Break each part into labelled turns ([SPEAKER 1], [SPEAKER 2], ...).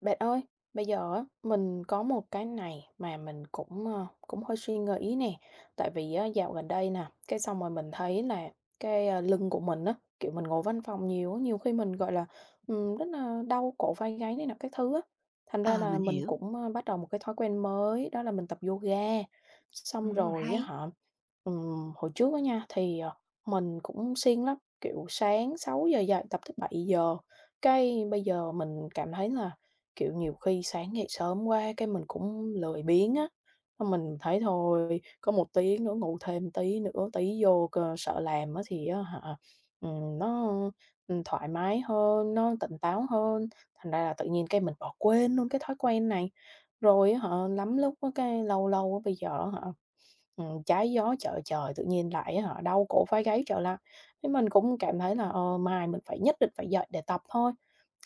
[SPEAKER 1] Bạn ơi, bây giờ á, mình có một cái này mà mình cũng, cũng hơi suy nghĩ nè. Tại vì á, dạo gần đây nè, cái xong rồi mình thấy là cái, lưng của mình á, kiểu, mình ngồi văn phòng nhiều á, nhiều khi mình, gọi là, rất là đau cổ vai gáy này nọ các thứ á. Thành ra
[SPEAKER 2] Ờ,
[SPEAKER 1] là
[SPEAKER 2] mình
[SPEAKER 1] mình
[SPEAKER 2] hiểu.
[SPEAKER 1] cũng, bắt đầu một cái thói quen mới, đó là mình tập yoga. Xong rồi á
[SPEAKER 2] Hay,
[SPEAKER 1] hả, hồi trước á nha, thì, mình cũng siêng lắm, kiểu, sáng 6 giờ dậy tập tới 7 giờ. Cái bây giờ mình cảm thấy là kiểu, nhiều khi sáng dậy sớm quá cái mình cũng lười biếng á, xong mình thấy thôi, có một tiếng nữa ngủ thêm tí nữa, tí vô cơ sợ làm á thì á hả, ừm, nó, thoải mái hơn, nó tỉnh táo hơn, thành ra là tự nhiên cái mình bỏ quên luôn cái thói quen này. Rồi á hả, lắm lúc á cái lâu lâu á bây giờ á hả trái gió chợ trời, tự nhiên lại họ đau cổ vai gáy trở lại. Thế mình cũng cảm thấy là, mai mình phải nhất định phải dậy để tập thôi.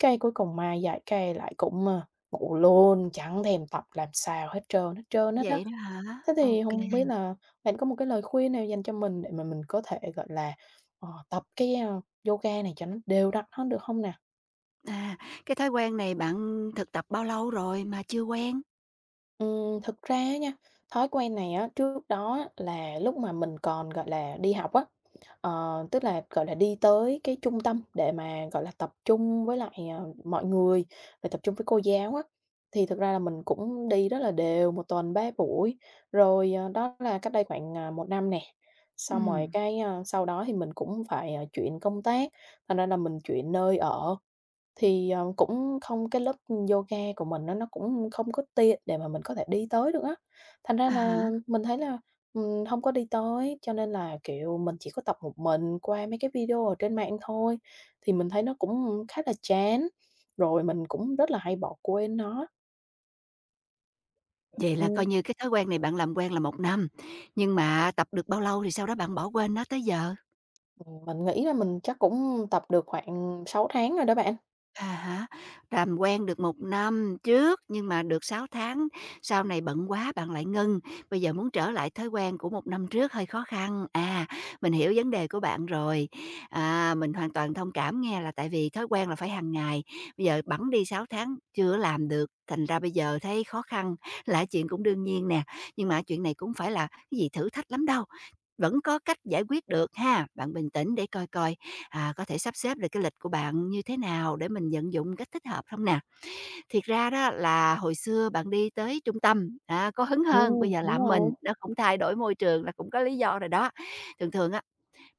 [SPEAKER 1] Cái cuối cùng mai dậy cái lại cũng, ngủ luôn, chẳng thèm tập làm sao hết trơn hết trơn hết á.
[SPEAKER 2] vậy đó hả?
[SPEAKER 1] Thế
[SPEAKER 2] OK.
[SPEAKER 1] thì không biết là bạn có một cái lời khuyên nào dành cho mình để mà mình có thể, gọi là, tập cái, yoga này cho nó đều đặn hơn được không nè?
[SPEAKER 2] À, cái thói quen này bạn thực tập bao lâu rồi mà chưa quen?
[SPEAKER 1] Thực ra á nha, thói quen này á, trước đó á là lúc mà mình còn, gọi là, đi học á, tức là, gọi là, đi tới cái trung tâm để mà, gọi là, tập trung với lại, mọi người, rồi tập trung với cô giáo á, thì thực ra là mình cũng đi rất là đều, một tuần 3 buổi. Rồi, đó là cách đây khoảng, 1 năm nè, xong rồi
[SPEAKER 2] Ừm,
[SPEAKER 1] cái, sau đó thì mình cũng phải, chuyển công tác, thành ra là mình chuyển nơi ở. Thì, cũng không cái lớp yoga của mình á, nó cũng không có tiện để mà mình có thể đi tới được á. Thành ra
[SPEAKER 2] à hả.
[SPEAKER 1] là mình thấy là, hông có đi tới, cho nên là, kiểu, mình chỉ có tập một mình qua mấy cái video ở trên mạng thôi, thì mình thấy nó cũng khá là chán, rồi mình cũng rất là hay bỏ quên nó.
[SPEAKER 2] Vậy là coi
[SPEAKER 1] Ừm.
[SPEAKER 2] như cái thói quen này bạn làm quen là 1 năm, nhưng mà tập được bao lâu thì sau đó bạn bỏ quên nó tới giờ?
[SPEAKER 1] Mình nghĩ là mình chắc cũng tập được khoảng 6 tháng rồi đó bạn.
[SPEAKER 2] À hả, làm quen được 1 năm trước, nhưng mà được 6 tháng, sau này bận quá bạn lại ngưng, bây giờ muốn trở lại thói quen của 1 năm trước hơi khó khăn. À, mình hiểu vấn đề của bạn rồi, à, mình hoàn toàn thông cảm nghe, là tại vì thói quen là phải hàng ngày, bây giờ bẵng đi 6 tháng chưa làm được, thành ra bây giờ thấy khó khăn là chuyện cũng đương nhiên nè. Nhưng mà chuyện này cũng phải là cái gì thử thách lắm đâu, vẫn có cách giải quyết được ha. Bạn bình tĩnh để coi coi, à, có thể sắp xếp được cái lịch của bạn như thế nào để mình vận dụng cách thích hợp không nè. Thiệt ra đó là hồi xưa bạn đi tới trung tâm, à, có hứng hơn, bây
[SPEAKER 1] Ừm,
[SPEAKER 2] giờ
[SPEAKER 1] đúng
[SPEAKER 2] làm
[SPEAKER 1] rồi.
[SPEAKER 2] mình, nó cũng thay đổi môi trường là cũng có lý do rồi đó. Thường thường á,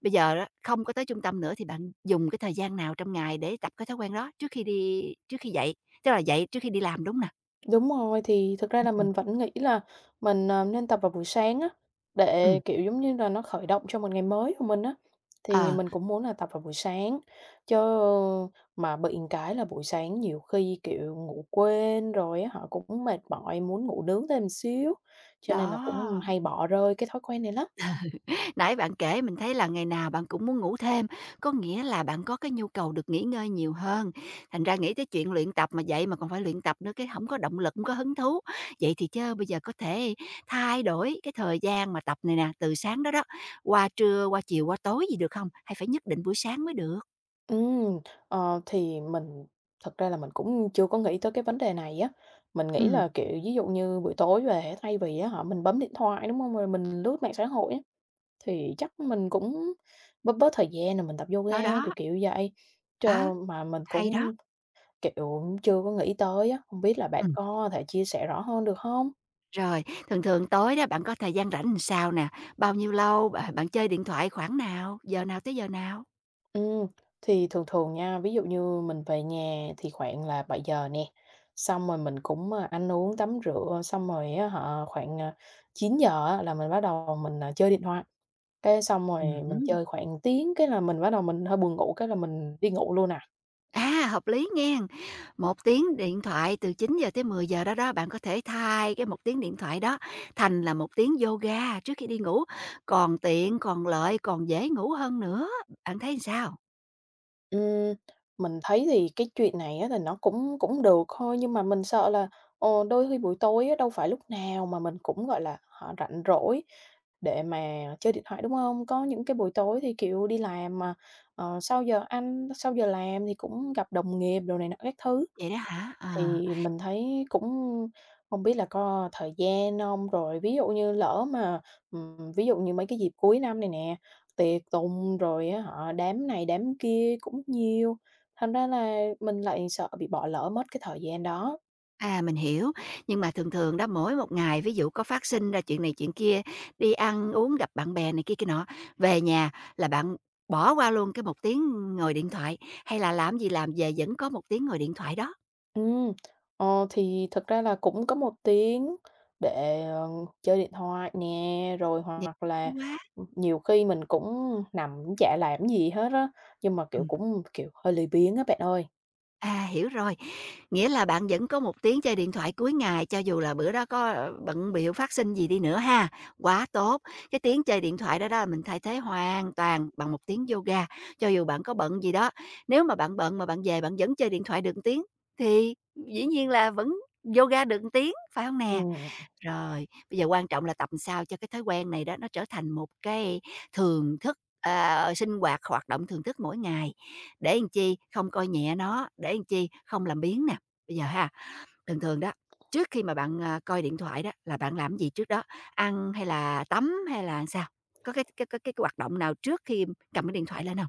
[SPEAKER 2] bây giờ á, không có tới trung tâm nữa thì bạn dùng cái thời gian nào trong ngày để tập cái thói quen đó trước khi đi trước khi dậy? Tức là dậy trước khi đi làm, đúng nè?
[SPEAKER 1] Đúng rồi, thì thực ra
[SPEAKER 2] Ừm,
[SPEAKER 1] là
[SPEAKER 2] ừm.
[SPEAKER 1] mình vẫn nghĩ là mình, nên tập vào buổi sáng á, để, kiểu, giống như là, nó khởi động cho một ngày mới của mình á. Thì
[SPEAKER 2] Ờ,
[SPEAKER 1] mình cũng muốn là tập vào buổi sáng, chứ mà bị một cái là buổi sáng nhiều khi, kiểu, ngủ quên rồi á, họ cũng mệt mỏi muốn ngủ nướng thêm xíu, cho nên là cũng
[SPEAKER 2] đó.
[SPEAKER 1] hay bỏ rơi cái thói quen này lắm.
[SPEAKER 2] Nãy bạn kể mình thấy là ngày nào bạn cũng muốn ngủ thêm, có nghĩa là bạn có cái nhu cầu được nghỉ ngơi nhiều hơn. Thành ra nghĩ tới chuyện luyện tập mà vậy mà còn phải luyện tập nữa, cái không có động lực, không có hứng thú. Vậy thì chớ bây giờ có thể thay đổi cái thời gian mà tập này nè, từ sáng đó đó, qua trưa, qua chiều, qua tối gì được không? Hay phải nhất định buổi sáng mới được?
[SPEAKER 1] Ừm, thì mình thật ra là mình cũng chưa có nghĩ tới cái vấn đề này á. Mình nghĩ
[SPEAKER 2] Ừm,
[SPEAKER 1] là, kiểu, ví dụ như buổi tối về á, thay vì á hả, mình bấm điện thoại, đúng không? Rồi mình lướt mạng xã hội á, thì chắc mình cũng bớt bớt thời gian rồi mình tập yoga,
[SPEAKER 2] đó,
[SPEAKER 1] kiểu,
[SPEAKER 2] đó,
[SPEAKER 1] kiểu vậy.
[SPEAKER 2] đó,
[SPEAKER 1] Cho mà mình
[SPEAKER 2] hay đó.
[SPEAKER 1] cũng, kiểu, chưa có nghĩ tới á, không biết là bạn
[SPEAKER 2] Ừm,
[SPEAKER 1] có thể chia sẻ rõ hơn được không?
[SPEAKER 2] rồi, thường thường tối đó bạn có thời gian rảnh làm sao nè? Bao nhiêu lâu? Bạn bạn chơi điện thoại khoảng nào? Giờ nào tới giờ nào?
[SPEAKER 1] Ừm, thì thường thường nha, ví dụ như mình về nhà thì khoảng là 7 giờ nè, xong rồi mình cũng, ăn uống, tắm rửa, xong rồi á hả, khoảng, 9 giờ á là mình bắt đầu mình, chơi điện thoại, cái xong rồi mình
[SPEAKER 2] Ừm.
[SPEAKER 1] chơi khoảng tiếng, cái là mình bắt đầu mình hơi buồn ngủ, cái là mình đi ngủ luôn à.
[SPEAKER 2] À, hợp lý nghe, một tiếng điện thoại từ 9 giờ tới 10 giờ đó đó, bạn có thể thay cái 1 tiếng điện thoại đó thành là 1 tiếng yoga trước khi đi ngủ, còn tiện, còn lợi, còn dễ ngủ hơn nữa. Bạn thấy sao?
[SPEAKER 1] Ừm, mình thấy thì cái chuyện này á, thì nó cũng cũng được thôi, nhưng mà mình sợ là, đôi khi buổi tối á, đâu phải lúc nào mà mình cũng, gọi là, họ rảnh rỗi để mà chơi điện thoại, đúng không? Có những cái buổi tối thì, kiểu, đi làm mà, sau giờ ăn, sau giờ làm thì cũng gặp đồng nghiệp đồ này nọ các thứ.
[SPEAKER 2] Vậy đó hả? Ờ,
[SPEAKER 1] Thì mình thấy cũng không biết là có thời gian hông? Rồi ví dụ như lỡ mà, ví dụ như mấy cái dịp cuối năm này nè, tiệc tùng rồi á hả, đám này đám kia cũng nhiều, thành ra là mình lại sợ bị bỏ lỡ mất cái thời gian đó.
[SPEAKER 2] à, mình hiểu. Nhưng mà thường thường đó, mỗi một ngày ví dụ có phát sinh ra chuyện này chuyện kia, đi ăn uống, gặp bạn bè này kia kia nọ, về nhà là bạn bỏ qua luôn cái 1 tiếng ngồi điện thoại, hay là làm gì làm về vẫn có 1 tiếng ngồi điện thoại đó?
[SPEAKER 1] Ừm, thì thực ra là cũng có một tiếng để, chơi điện thoại nè, rồi
[SPEAKER 2] Vậy
[SPEAKER 1] hoặc
[SPEAKER 2] hay
[SPEAKER 1] là,
[SPEAKER 2] quá.
[SPEAKER 1] nhiều khi mình cũng nằm cũng chả làm gì hết á, nhưng mà, kiểu, cũng, kiểu, hơi lười biếng á bạn ơi.
[SPEAKER 2] À, hiểu rồi. Nghĩa là bạn vẫn có một tiếng chơi điện thoại cuối ngày cho dù là bữa đó có, ờ, bận bịu phát sinh gì đi nữa ha. Quá tốt! Cái tiếng chơi điện thoại đó đó mình thay thế hoàn toàn bằng 1 tiếng yoga, cho dù bạn có bận gì đó. Nếu mà bạn bận mà bạn về bạn vẫn chơi điện thoại được 1 tiếng thì dĩ nhiên là vẫn yoga được 1 tiếng, phải không nè?
[SPEAKER 1] Ừm.
[SPEAKER 2] Rồi, bây giờ quan trọng là tập làm sao cho cái thói quen này đó nó trở thành một cái thường thức, ờ, sinh hoạt, hoạt động thường thức mỗi ngày, để làm chi? Không coi nhẹ nó, để làm chi? Không làm biếng nè. Bây giờ ha, thường thường đó, trước khi mà bạn, à, coi điện thoại đó là bạn làm gì trước đó? Ăn hay là tắm hay là sao? Có cái hoạt động nào trước khi cầm cái điện thoại lên không?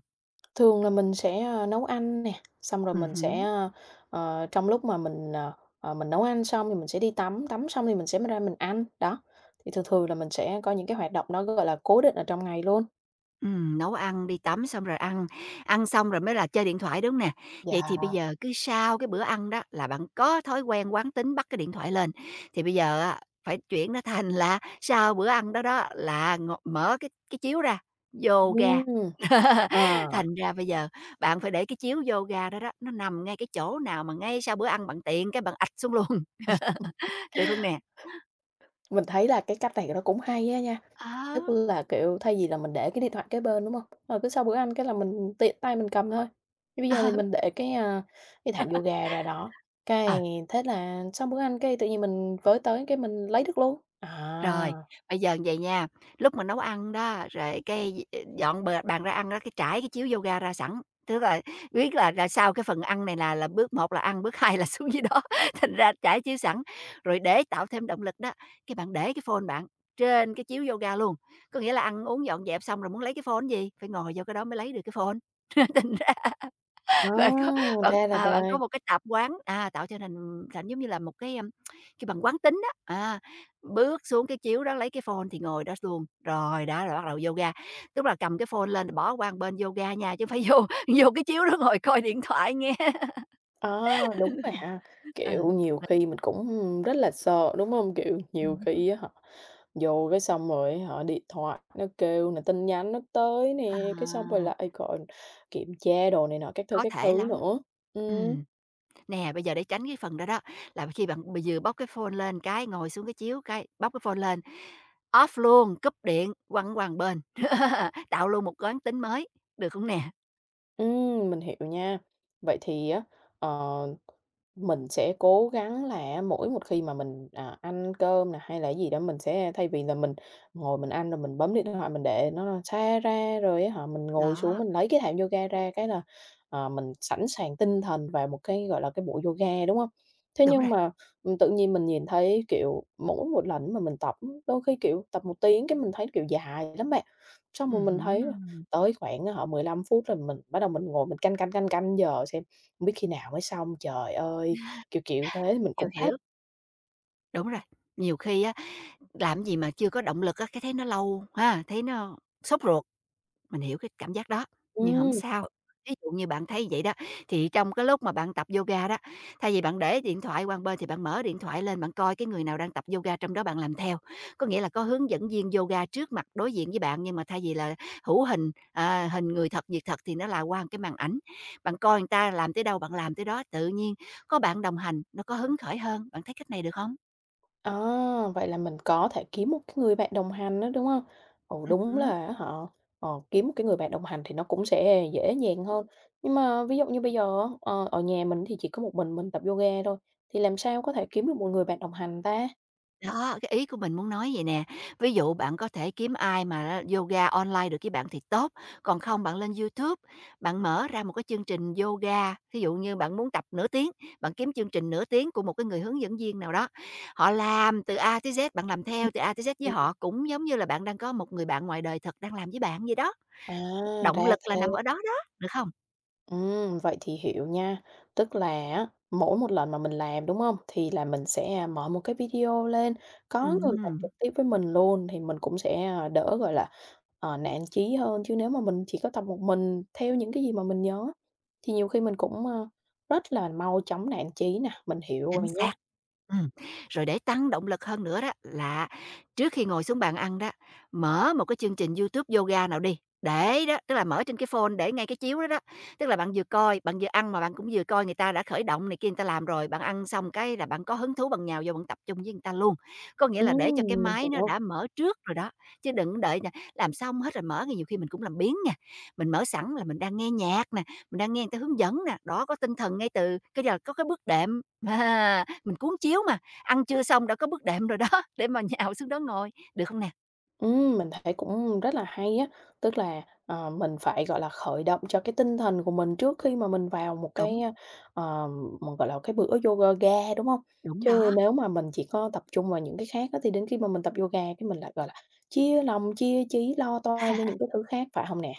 [SPEAKER 1] Thường là mình sẽ, nấu ăn nè, xong rồi mình sẽ,
[SPEAKER 2] Ừm.
[SPEAKER 1] trong lúc mà mình, mình nấu ăn xong thì mình sẽ đi tắm, tắm xong thì mình sẽ mới ra mình ăn, đó. Thì thường thường là mình sẽ có những cái hoạt động nó, gọi là, cố định ở trong ngày luôn.
[SPEAKER 2] Nấu ăn, đi tắm xong rồi ăn, ăn xong rồi mới là chơi điện thoại, đúng hông nè? Vậy
[SPEAKER 1] Dạ.
[SPEAKER 2] thì bây giờ cứ sau cái bữa ăn đó là bạn có thói quen quán tính bắt cái điện thoại lên, thì bây giờ á phải chuyển nó thành là sau bữa ăn đó đó là ng mở cái chiếu ra, vô ga.
[SPEAKER 1] ừm, ờ,
[SPEAKER 2] Thành ra bây giờ bạn phải để cái chiếu vô ga đó đó, nó nằm ngay cái chỗ nào mà ngay sau bữa ăn bạn tiện cái bạn ạch xuống luôn, được không nè?
[SPEAKER 1] mình thấy là cái cách này nó cũng hay á nha.
[SPEAKER 2] Ờ,
[SPEAKER 1] Tức là, kiểu, thay vì là mình để cái điện thoại kế bên, đúng hông? Rồi cứ sau bữa ăn cái là mình tiện tay mình cầm thôi. Nhưng bây giờ
[SPEAKER 2] ờ,
[SPEAKER 1] thì mình để cái, cái thảm yoga ra đó, cái
[SPEAKER 2] ờ.
[SPEAKER 1] thế là sau bữa ăn cái tự nhiên mình với tới cái mình lấy được luôn. À,
[SPEAKER 2] Rồi, bây giờ như vậy nha, lúc mà nấu ăn đó, rồi cái dọn bàn ra ăn đó, cái trải cái chiếu yoga ra sẵn, tức là biết là sau cái phần ăn này là bước một là ăn, bước 2 là xuống dưới đó, thành ra trải chiếu sẵn. Rồi để tạo thêm động lực đó, cái bạn để cái phone bạn trên cái chiếu yoga luôn, có nghĩa là ăn uống dọn dẹp xong rồi muốn lấy cái phone gì, phải ngồi vô cái đó mới lấy được cái phone.
[SPEAKER 1] à,
[SPEAKER 2] Bạn có bạn,
[SPEAKER 1] ra là
[SPEAKER 2] à, bạn có
[SPEAKER 1] vậy.
[SPEAKER 2] một cái tạp quán, à, tạo cho thành thành giống như là một cái, ưm, kêu bằng quán tính đó, à, bước xuống cái chiếu đó lấy cái phone thì ngồi đó luôn, rồi đó là bắt đầu yoga. Tức là cầm cái phone lên bỏ qua một bên yoga nha, chứ hông phải vô vô cái chiếu đó ngồi coi điện thoại nghe.
[SPEAKER 1] À, đúng rồi ha.
[SPEAKER 2] Ừ.
[SPEAKER 1] Kiểu, nhiều khi mình cũng rất là sợ, đúng hông? Kiểu, nhiều
[SPEAKER 2] Ừm.
[SPEAKER 1] khi á hả vô cái xong rồi họ điện thoại nó kêu nè, tin nhắn nó tới
[SPEAKER 2] À,
[SPEAKER 1] nè, cái xong rồi lại còn kiểm tra đồ này nọ
[SPEAKER 2] có
[SPEAKER 1] các
[SPEAKER 2] thể
[SPEAKER 1] thứ
[SPEAKER 2] lắm.
[SPEAKER 1] nữa. Ừ.
[SPEAKER 2] Ừm. Nè, bây giờ để tránh cái phần đó đó, là khi bạn vừa bóc cái phone lên cái, ngồi xuống cái chiếu cái, bóc cái phone lên, off luôn, cúp điện, quăng quăng bên, tạo luôn một quán tính mới, được không nè?
[SPEAKER 1] Mình hiểu nha. Vậy thì á, ờ, mình sẽ cố gắng là mỗi một khi mà mình, ăn cơm nè, hay là gì đó mình sẽ thay vì là mình ngồi mình ăn rồi mình bấm điện thoại mình để nó xa ra, rồi á hả, mình ngồi xuống
[SPEAKER 2] Đó,
[SPEAKER 1] mình lấy cái thảm yoga ra cái là, mình sẵn sàng tinh thần vào một cái, gọi là, cái bộ yoga, đúng không? Thế
[SPEAKER 2] đúng
[SPEAKER 1] nhưng
[SPEAKER 2] rồi,
[SPEAKER 1] mà, tự nhiên mình nhìn thấy, kiểu, mỗi một lần mà mình tập, đôi khi, kiểu, tập một tiếng cái mình thấy, kiểu, dài lắm bạn. Xong rồi mình thấy
[SPEAKER 2] ừm,
[SPEAKER 1] tới khoảng, á hả, 15 phút là mình bắt đầu mình ngồi mình canh, canh, canh, canh giờ xem hông biết khi nào mới xong, trời ơi, kiểu, kiểu thế, mình
[SPEAKER 2] hiểu,
[SPEAKER 1] cũng khá
[SPEAKER 2] hiểu, đúng rồi. Nhiều khi á, làm gì mà chưa có động lực á, cái thấy nó lâu ha, thấy nó sốt ruột. Mình hiểu cái cảm giác đó, nhưng không
[SPEAKER 1] ừm,
[SPEAKER 2] sao. Ờ. Ví dụ như bạn thấy vậy đó, thì trong cái lúc mà bạn tập yoga đó, thay vì bạn để điện thoại qua một bên thì bạn mở điện thoại lên, bạn coi cái người nào đang tập yoga trong đó bạn làm theo. Có nghĩa là có hướng dẫn viên yoga trước mặt đối diện với bạn, nhưng mà thay vì là hữu hình, à, hình người thật, việc thật thì nó là qua một cái màn ảnh. Bạn coi người ta làm tới đâu bạn làm tới đó, tự nhiên có bạn đồng hành, nó có hứng khởi hơn. Bạn thấy cách này được không?
[SPEAKER 1] à, vậy là mình có thể kiếm một cái người bạn đồng hành đó đúng không? Ồ đúng
[SPEAKER 2] Ừm.
[SPEAKER 1] là họ kiếm một cái người bạn đồng hành thì nó cũng sẽ dễ dàng hơn. Nhưng mà ví dụ như bây giờ á, ở nhà mình thì chỉ có một mình tập yoga thôi, thì làm sao có thể kiếm được một người bạn đồng hành ta?
[SPEAKER 2] Đó, cái ý của mình muốn nói vậy nè. Ví dụ bạn có thể kiếm ai mà á yoga online được với bạn thì tốt, còn không bạn lên YouTube, bạn mở ra một cái chương trình yoga, ví dụ như bạn muốn tập nửa tiếng, bạn kiếm chương trình nửa tiếng của một cái người hướng dẫn viên nào đó. Họ làm từ A tới Z, bạn làm theo từ A tới Z với
[SPEAKER 1] Ừm,
[SPEAKER 2] họ, cũng giống như là bạn đang có một người bạn ngoài đời thật đang làm với bạn vậy đó.
[SPEAKER 1] à,
[SPEAKER 2] Động
[SPEAKER 1] ra
[SPEAKER 2] lực là
[SPEAKER 1] thế.
[SPEAKER 2] nằm ở đó đó, được không?
[SPEAKER 1] Vậy thì hiểu nha. Tức là á, mỗi một lần mà mình làm, đúng không? Thì là mình sẽ, mở một cái video lên, có người tập
[SPEAKER 2] Ừm,
[SPEAKER 1] trực tiếp với mình luôn thì mình cũng sẽ, đỡ, gọi là, nản chí hơn. Chứ nếu mà mình chỉ có tập một mình theo những cái gì mà mình nhớ thì nhiều khi mình cũng, rất là mau chóng nản chí nè. Mình hiểu
[SPEAKER 2] chính
[SPEAKER 1] rồi nha.
[SPEAKER 2] xác. Ừm, rồi để tăng động lực hơn nữa đó là trước khi ngồi xuống bàn ăn đó, mở một cái chương trình YouTube yoga nào đi, để đó, tức là mở trên cái phone để ngay cái chiếu đó đó, tức là bạn vừa coi, bạn vừa ăn mà bạn cũng vừa coi người ta đã khởi động này kia người ta làm rồi, bạn ăn xong cái là bạn có hứng thú bằng nhào vô bạn tập trung với người ta luôn. Có nghĩa là để cho cái
[SPEAKER 1] Ừm, mình
[SPEAKER 2] máy nó
[SPEAKER 1] hiểu.
[SPEAKER 2] đã mở trước rồi đó, chứ đừng đợi nè, làm xong hết rồi mở thì nhiều khi mình cũng làm biếng nha. Mình mở sẵn là mình đang nghe nhạc nè, mình đang nghe người ta hướng dẫn nè, đó có tinh thần ngay từ cái giờ có cái bước đệm. À, mình cuốn chiếu mà, ăn trưa xong đã có bước đệm rồi đó, để mà nhào xuống đó ngồi, được không nè?
[SPEAKER 1] Mình thấy cũng rất là hay á, tức là, mình phải, gọi là, khởi động cho cái tinh thần của mình trước khi mà mình vào một cái,
[SPEAKER 2] Đúng,
[SPEAKER 1] ờ, mình, gọi là, cái bữa yoga, ga đúng không?
[SPEAKER 2] đúng
[SPEAKER 1] Chứ
[SPEAKER 2] đó,
[SPEAKER 1] nếu mà mình chỉ có tập trung vào những cái khác á, thì đến khi mà mình tập yoga cái mình lại, gọi là, chia lòng, chia trí, lo toan cho những cái thứ khác, phải không nè?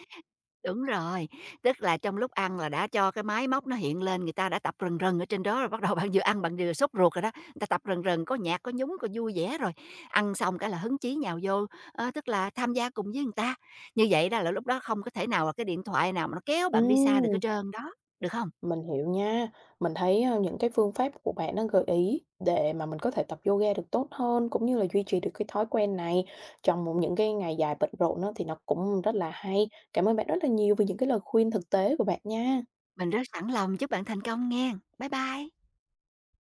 [SPEAKER 2] đúng rồi, tức là trong lúc ăn là đã cho cái máy móc nó hiện lên, người ta đã tập rần rần ở trên đó rồi, bắt đầu bạn vừa ăn bạn vừa sốt ruột rồi đó, người ta tập rần rần, có nhạc, có nhúng, có vui vẻ rồi, ăn xong cái là hứng chí nhào vô, ơ, tức là tham gia cùng với người ta. Như vậy đó là lúc đó không có thể nào là cái điện thoại nào mà nó kéo bạn đi xa được
[SPEAKER 1] Ừm.
[SPEAKER 2] hết trơn đó, được không?
[SPEAKER 1] Mình hiểu nha. Mình thấy, những cái phương pháp của bạn nó gợi ý để mà mình có thể tập yoga được tốt hơn, cũng như là duy trì được cái thói quen này trong một những cái ngày dài bận rộn á, thì nó cũng rất là hay. Cảm ơn bạn rất là nhiều vì những cái lời khuyên thực tế của bạn nha.
[SPEAKER 2] Mình rất sẵn lòng chúc bạn thành công nghen. Bye bye.